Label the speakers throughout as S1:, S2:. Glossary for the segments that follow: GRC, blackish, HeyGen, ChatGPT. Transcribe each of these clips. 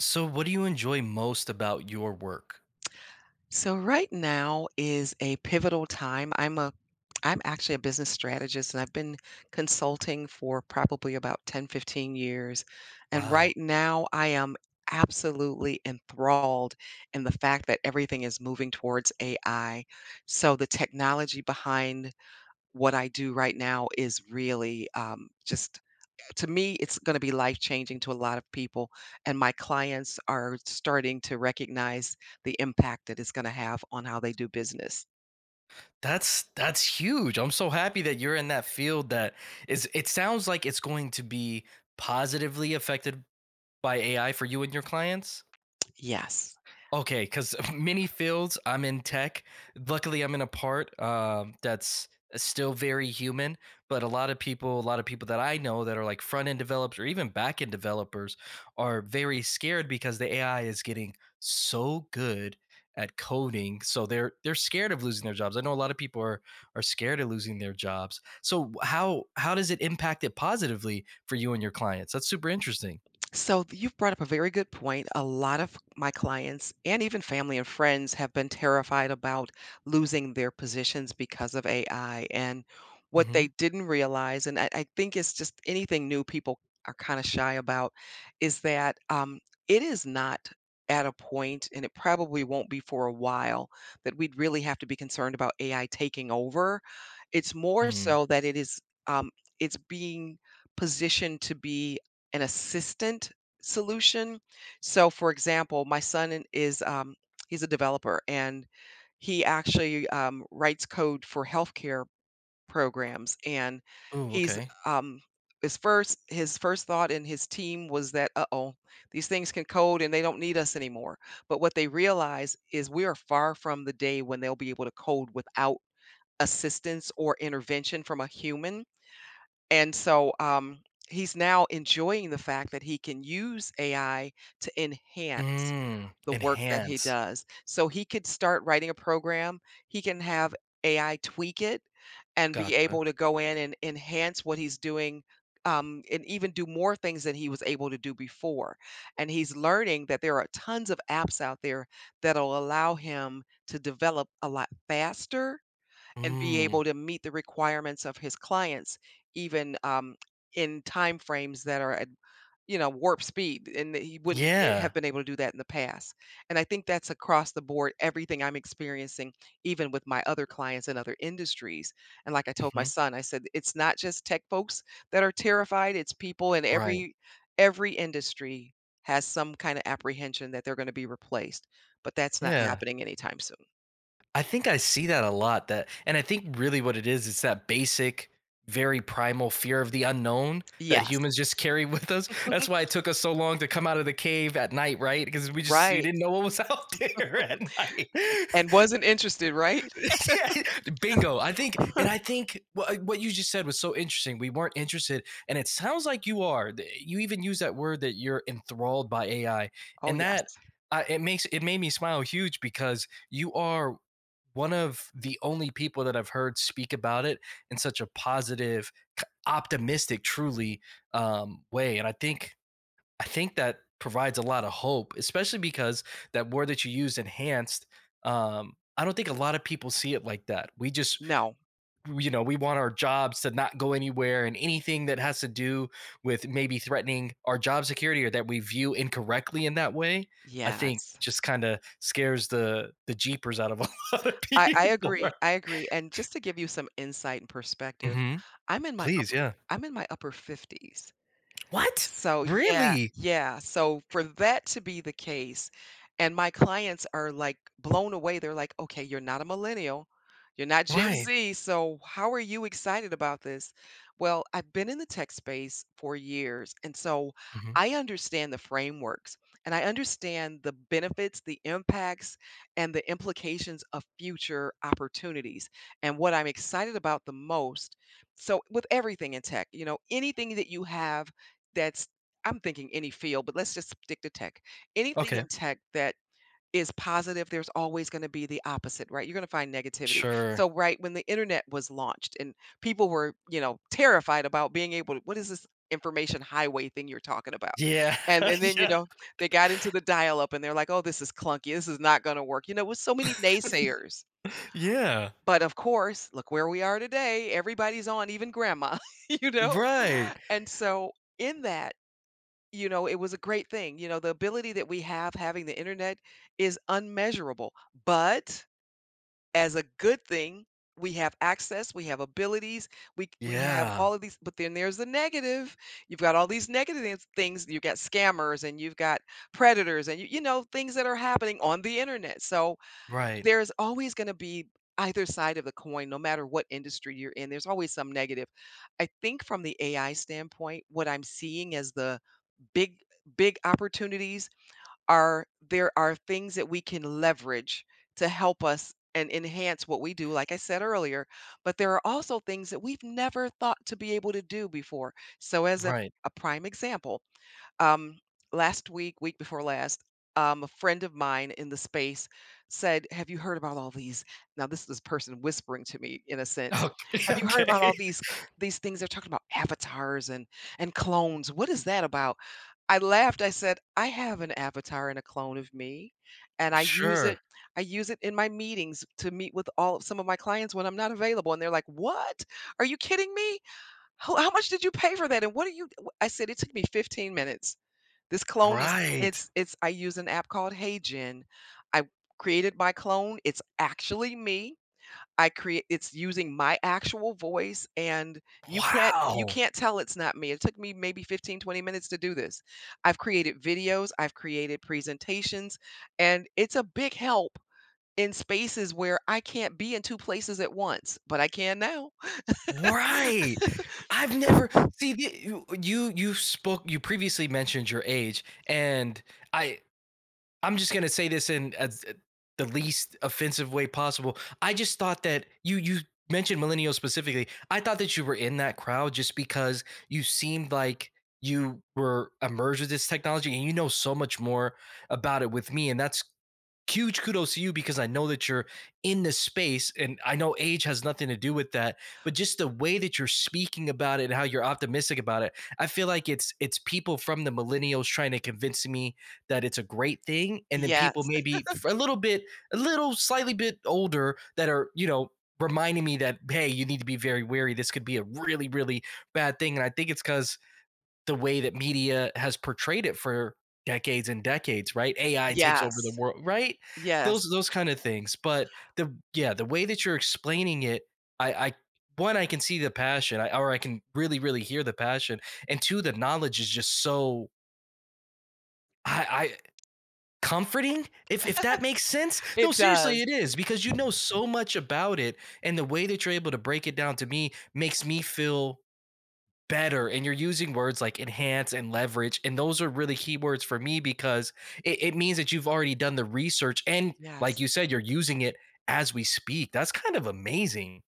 S1: So what do you enjoy most about your work?
S2: So right now is a pivotal time. I'm actually a business strategist and I've been consulting for probably about 10, 15 years. And
S1: Wow.
S2: right now I am absolutely enthralled in the fact that everything is moving towards AI. So the technology behind what I do right now is really just to me, it's going to be life changing to a lot of people. And my clients are starting to recognize the impact that it's going to have on how they do business.
S1: That's huge. I'm so happy that you're in that field that is it sounds like it's going to be positively affected by AI for you and your clients.
S2: Yes.
S1: Okay, because many fields, I'm in tech. Luckily, I'm in a part that's still very human, but a lot of people, a lot of people that I know that are like front end developers or even back end developers are very scared because the AI is getting so good at coding. So they're scared of losing their jobs. I know a lot of people are scared of losing their jobs. So how does it impact it positively for you and your clients? That's super interesting.
S2: You've brought up a very good point. A lot of my clients and even family and friends have been terrified about losing their positions because of AI. And what
S1: Hmm.
S2: they didn't realize, and I think it's just anything new people are kind of shy about, is that it is not at a point, and it probably won't be for a while, that we'd really have to be concerned about AI taking over. It's more
S1: Hmm.
S2: so that it is, um, it's being positioned to be an assistant solution. So, for example, is, he's a developer and he actually writes code for healthcare programs. And
S1: Oh,
S2: he's,
S1: okay.
S2: um, his first thought in his team was that uh oh, these things can code and they don't need us anymore. But what they realize is we are far from the day when they'll be able to code without assistance or intervention from a human, and so he's now enjoying the fact that he can use AI to enhance
S1: Mm,
S2: the work that he
S1: enhance.
S2: does. So he could start writing a program, he can have AI tweak it and be
S1: Gotcha.
S2: able to go in and enhance what he's doing. And even do more things than he was able to do before. And he's learning that there are tons of apps out there that'll allow him to develop a lot faster and be
S1: Mm,
S2: able to meet the requirements of his clients even, in time frames that are at you know warp speed, and that he wouldn't be,
S1: yeah.
S2: have been able to do that in the past. And I think that's across the board, everything I'm experiencing, even with my other clients in other industries. And like I told my
S1: Mhm.
S2: son, I said it's not just tech folks that are terrified, it's people in
S1: Right.
S2: every industry, has some kind of apprehension that they're going to be replaced, but that's not
S1: Yeah.
S2: happening anytime soon.
S1: I think I see that a lot that and I think really what it is, it's that basic, very primal fear of the unknown that
S2: Yes.
S1: humans just carry with us. That's why it took us so long to come out of the cave at night, right? Because we
S2: Right.
S1: didn't know what was out there at night.
S2: And wasn't interested, right?
S1: Yeah, bingo. I think, and I think what you just said was so interesting. We weren't interested, and it sounds like you are. You even use that word that you're enthralled by AI,
S2: Oh,
S1: and
S2: yes.
S1: that it makes it made me smile huge because you are one of the only people that I've heard speak about it in such a positive, optimistic, truly way. And I think that provides a lot of hope, especially because that word that you used, enhanced, I don't think a lot of people see it like that. We just,
S2: No.
S1: you know, we want our jobs to not go anywhere and anything that has to do with maybe threatening our job security or that we view incorrectly in that way, I think
S2: Yes.
S1: just kind of scares the jeepers out of a lot of
S2: I
S1: people. Right.
S2: agree, I agree, and just to give you some insight and perspective,
S1: Hmm.
S2: I'm in my
S1: Please,
S2: upper
S1: yeah.
S2: I'm in my upper 50s.
S1: What?
S2: So yeah,
S1: Really?
S2: yeah. So for that to be the case, and my clients are like blown away. They're like, okay, you're not a millennial. You're not Gen
S1: Right.
S2: Z. So how are you excited about this? Well, I've been in the tech space for years. And so
S1: Hmm.
S2: I understand the frameworks and I understand the benefits, the impacts, and the implications of future opportunities. And what I'm excited about the most. So with everything in tech, you know, anything that you have that's, I'm thinking any field, but let's just stick to tech. Anything
S1: Okay.
S2: in tech that is positive, there's always gonna be the opposite, right? You're gonna find negativity.
S1: Sure.
S2: So, right when the internet was launched and people were, you know, terrified about being able to, what is this information highway thing you're talking about?
S1: Yeah.
S2: And then, you
S1: Yeah.
S2: know, they got into the dial-up and they're like, "Oh, this is clunky. This is not gonna work." You know, with so many naysayers.
S1: Yeah.
S2: But of course, look where we are today. Everybody's on, even grandma, you know?
S1: Right.
S2: And so in that, you know, it was a great thing. You know, the ability that we have having the internet is unmeasurable, but as a good thing, we have access, we have abilities, we have
S1: Yeah.
S2: all of these, but then there's the negative. You've got all these negative things, you got scammers and you've got predators and you know, things that are happening on the internet. So,
S1: Right,
S2: there's always gonna be either side of the coin, no matter what industry you're in, there's always some negative. I think from the AI standpoint, what I'm seeing as the big big opportunities are, there are things that we can leverage to help us and enhance what we do like I said earlier, but there are also things that we've never thought to be able to do before. So as a
S1: right.
S2: a prime example, um last week, week before last, a friend of mine in the space said, have you heard about all these? Now, this is this person whispering to me in a sense.
S1: Okay,
S2: Have you heard about
S1: okay.
S2: all these things they're talking about, avatars and clones? What is that about? I laughed, I said, "I have an avatar and a clone of me, and
S1: Sure.
S2: I use it in my meetings to meet with all of some of my clients when I'm not available," and they're like, "What? Are you kidding me? How much did you pay for that, and what are you?" I said, "It took me 15 minutes. This clone is,
S1: Right.
S2: it's I use an app called HeyGen. I created my clone, it's actually me. I create, it's using my actual voice, and you can't you
S1: Wow.
S2: can't tell it's not me. It took me maybe 15, 20 minutes to do this. I've created videos, I've created presentations, and it's a big help in spaces where I can't be in 2 places at once, but I can now.
S1: Right. I've never see, the You spoke you previously mentioned your age, and I I'm just gonna say this in as the least offensive way possible. I just thought that you mentioned millennials specifically. I thought that you were in that crowd just because you seemed like you were immersed with this technology and you know so much more about it with me. And that's huge kudos to you because I know that you're in this space and I know age has nothing to do with that, but just the way that you're speaking about it and how you're optimistic about it, I feel like it's people from the millennials trying to convince me that it's a great thing and then people
S2: Yes,
S1: maybe a little bit a little slightly bit older that are, you know, reminding me that hey, you need to be very wary. This could be a really bad thing and I think it's cuz the way that media has portrayed it for decades and decades, right? AI takes over the
S2: yes,
S1: world, right?
S2: yes.
S1: Those kind of things. But the way that you're explaining it, I one, I can see the passion, or I can really hear the passion, and two, the knowledge is just so I, I comforting. If that makes sense, no,
S2: It
S1: seriously,
S2: does,
S1: it is because you know so much about it, and the way that you're able to break it down to me makes me feel better and you're using words like enhance and leverage and those are really key words for me because it means that you've already done the research and like
S2: yes.
S1: you said you're using it as we speak that's kind of amazing.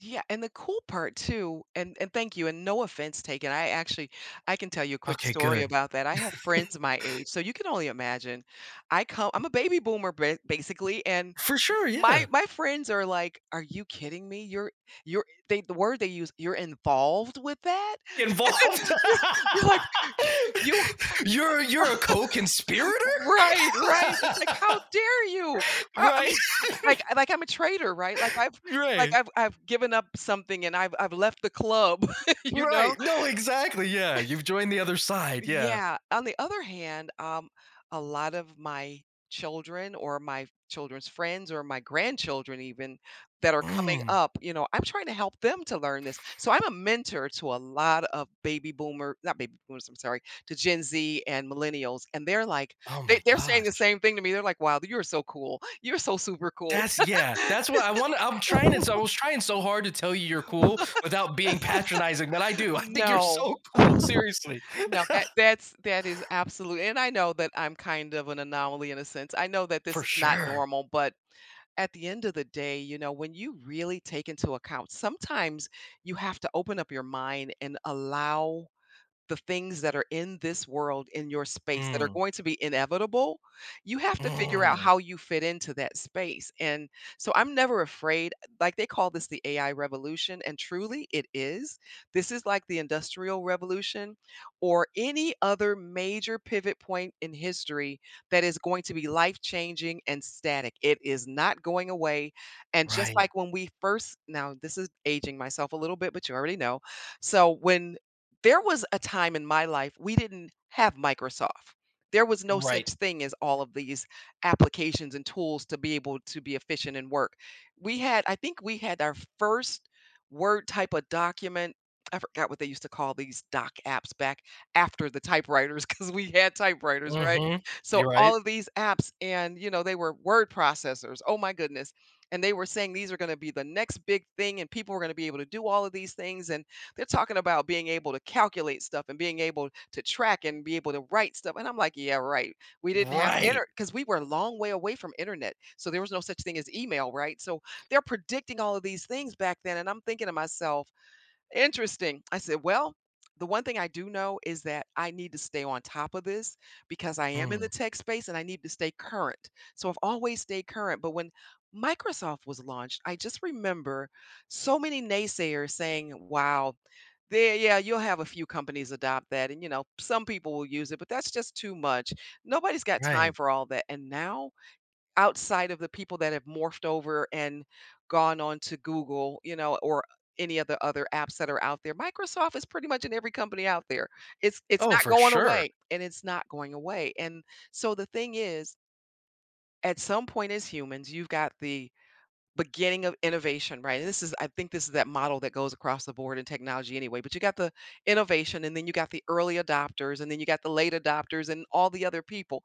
S2: Yeah, and the cool part too, and thank you, and no offense taken. I actually, I can tell you a quick
S1: Okay,
S2: story
S1: good.
S2: about that. I have friends my age, so you can only imagine. I'm a basically, and
S1: For sure,
S2: my
S1: yeah.
S2: my friends are like, "Are you kidding me? You're they the word they use, you're involved with that?
S1: Involved.
S2: You're, you're like you."
S1: You're a co-conspirator.
S2: Right, right. It's like, "How dare you?" I
S1: Right,
S2: mean, like I'm a traitor, right? Like I've like
S1: right,
S2: I've given up something and I've left the club, you know?
S1: right, no, exactly, yeah, you've joined the other side, yeah.
S2: Yeah. On the other hand, a lot of my children or my children's friends or my grandchildren even that are coming
S1: Mm.
S2: up, you know, I'm trying to help them to learn this. So I'm a mentor to a lot of not baby boomers, I'm sorry, to Gen Z and millennials. And they're like,
S1: Oh my
S2: they're saying the
S1: gosh.
S2: same thing to me. They're like, wow, you're so cool. You're so super cool.
S1: That's, yeah. That's what I want. I'm trying it. So I was trying so hard to tell you you're cool without being patronizing, but I do. I think you're
S2: No.
S1: so cool. Seriously,
S2: No, that's that is absolute, and I know that I'm kind of an anomaly in a sense. I know that this
S1: for
S2: is not
S1: sure.
S2: normal, but at the end of the day, you know, when you really take into account, sometimes you have to open up your mind and allow the things that are in this world, in your space, that are
S1: Mm,
S2: going to be inevitable, you have to figure out
S1: mm,
S2: how you fit into that space, and so I'm never afraid. Like, they call this the AI revolution, and truly it is. This is like the Industrial Revolution or any other major pivot point in history that is going to be life-changing and static. It is not going away, and just
S1: right.
S2: like when we first, now this is aging myself a little bit, but you already know. So, when there was a time in my life we didn't have Microsoft. There was no
S1: Right.
S2: such thing as all of these applications and tools to be able to be efficient and work. We had, I think we had our first Word type of document. I forgot what they used to call these doc apps back after the typewriters, because we had typewriters, right?
S1: Hmm.
S2: So
S1: You're right.
S2: all of these apps and you know they were word processors. Oh my goodness. And they were saying these are going to be the next big thing and people are going to be able to do all of these things, and they're talking about being able to calculate stuff and being able to track and be able to write stuff. And I'm like, yeah, right. We didn't have
S1: Right.
S2: inter, because we were a long way away from internet. So there was no such thing as email, right? So they're predicting all of these things back then. And I'm thinking to myself, interesting. I said, "Well, the one thing I do know is that I need to stay on top of this because I am in the
S1: Mm,
S2: tech space and I need to stay current." So I've always stayed current, but when Microsoft was launched, I just remember so many naysayers saying, "Wow, there yeah, you'll have a few companies adopt that and some people will use it, but that's just too much. Nobody's got time
S1: right.
S2: for all that." And now outside of the people that have morphed over and gone on to Google, you know, or any of the other apps that are out there. Microsoft is pretty much in every company out there. It's
S1: Oh,
S2: not
S1: for
S2: going
S1: sure.
S2: away, and it's not going away. And so the thing is, at some point as humans, you've got the beginning of innovation, right? And this is I think this is that model that goes across the board in technology anyway, but you got the innovation, and then you got the early adopters, and then you got the late adopters and all the other people.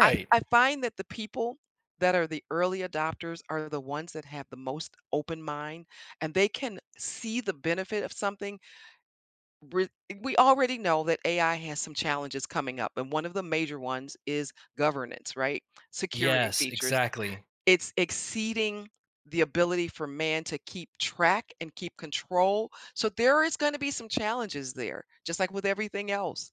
S2: I I find that the people that are the early adopters are the ones that have the most open mind, and they can see the benefit of something. Re- We already know that AI has some challenges coming up, and one of the major ones is governance, right? Security
S1: Yes.
S2: features.
S1: Exactly.
S2: It's exceeding the ability for man to keep track and keep control. So there is going to be some challenges there, just like with everything else,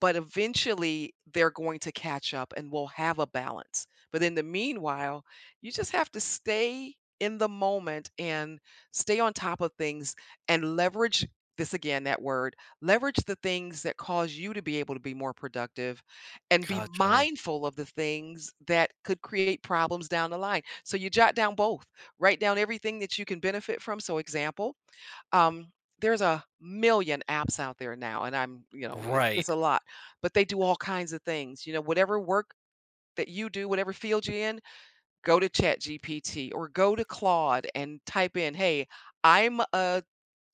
S2: but eventually they're going to catch up and we'll have a balance. But in the meanwhile, you just have to stay in the moment and stay on top of things and leverage this, again, that word leverage, the things that cause you to be able to be more productive and be
S1: Gotcha.
S2: mindful of the things that could create problems down the line. So you jot down both, write down everything that you can benefit from. So, example, um, there's a million apps out there now, and it's
S1: Right.
S2: a lot, but they do all kinds of things. You know, whatever work that you do, whatever field you're in, go to ChatGPT or go to Claude and type in, "Hey, I'm a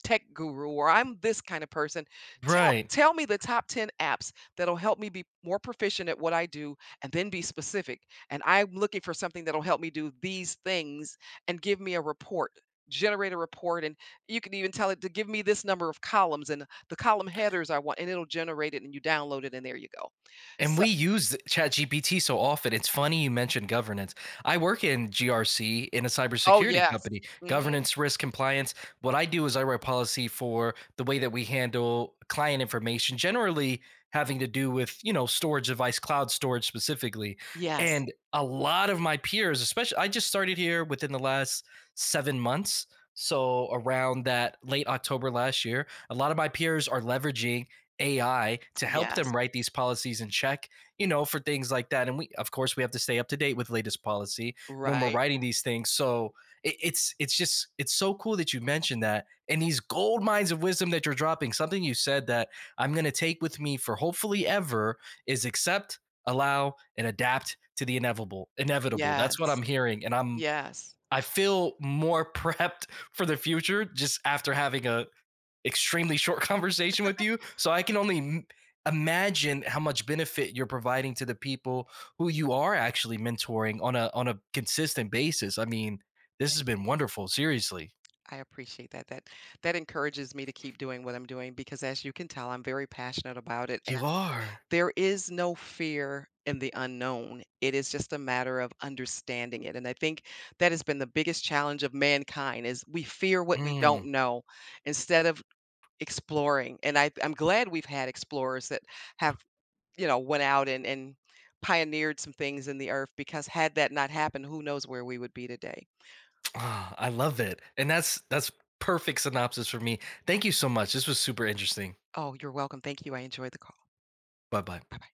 S2: tech guru, or I'm this kind of person. Tell
S1: Right.
S2: tell me the top 10 apps that'll help me be more proficient at what I do, and then be specific. And I'm looking for something that'll help me do these things and give me a report. Generate a report, and you can even tell it to give me this number of columns and the column headers I want, and it'll generate it, and you download it, and there you go."
S1: And
S2: So,
S1: we use ChatGPT so often. It's funny you mentioned governance. I work in GRC in a
S2: oh
S1: cybersecurity
S2: yes,
S1: company,
S2: hmm,
S1: governance, risk, compliance. What I do is I write policy for the way that we handle client information, generally having to do with, you know, storage device, cloud storage specifically.
S2: yes,
S1: And a lot of my peers, especially, I just started here within the last 7 months. So around that late October last year, a lot of my peers are leveraging AI to help
S2: yes,
S1: them write these policies in check, you know, for things like that. And we, of course, we have to stay up to date with latest policy when we're
S2: right,
S1: writing these things. So it's just it's so cool that you mentioned that and these gold mines of wisdom that you're dropping. Something you said that I'm going to take with me for hopefully ever is accept, allow, and adapt to the inevitable. Inevitable. That's what
S2: yes,
S1: I'm hearing, and I'm
S2: yes.
S1: I feel more prepped for the future just after having a extremely short conversation with you. So I can only imagine how much benefit you're providing to the people who you are actually mentoring on a consistent basis. I mean, this
S2: Thank
S1: has been
S2: you.
S1: wonderful, seriously.
S2: I appreciate that. That that encourages me to keep doing what I'm doing because, as you can tell, I'm very passionate about it. And
S1: You are.
S2: there is no fear in the unknown. It is just a matter of understanding it. And I think that has been the biggest challenge of mankind, is we fear what we don't
S1: Mm,
S2: know instead of exploring. And I'm glad we've had explorers that have, you know, went out and pioneered some things in the earth, because had that not happened, who knows where we would be today.
S1: ah, I love it. And that's perfect synopsis for me. Thank you so much. This was super interesting.
S2: Oh, you're welcome. Thank you. I enjoyed the call.
S1: Bye-bye.
S2: Bye.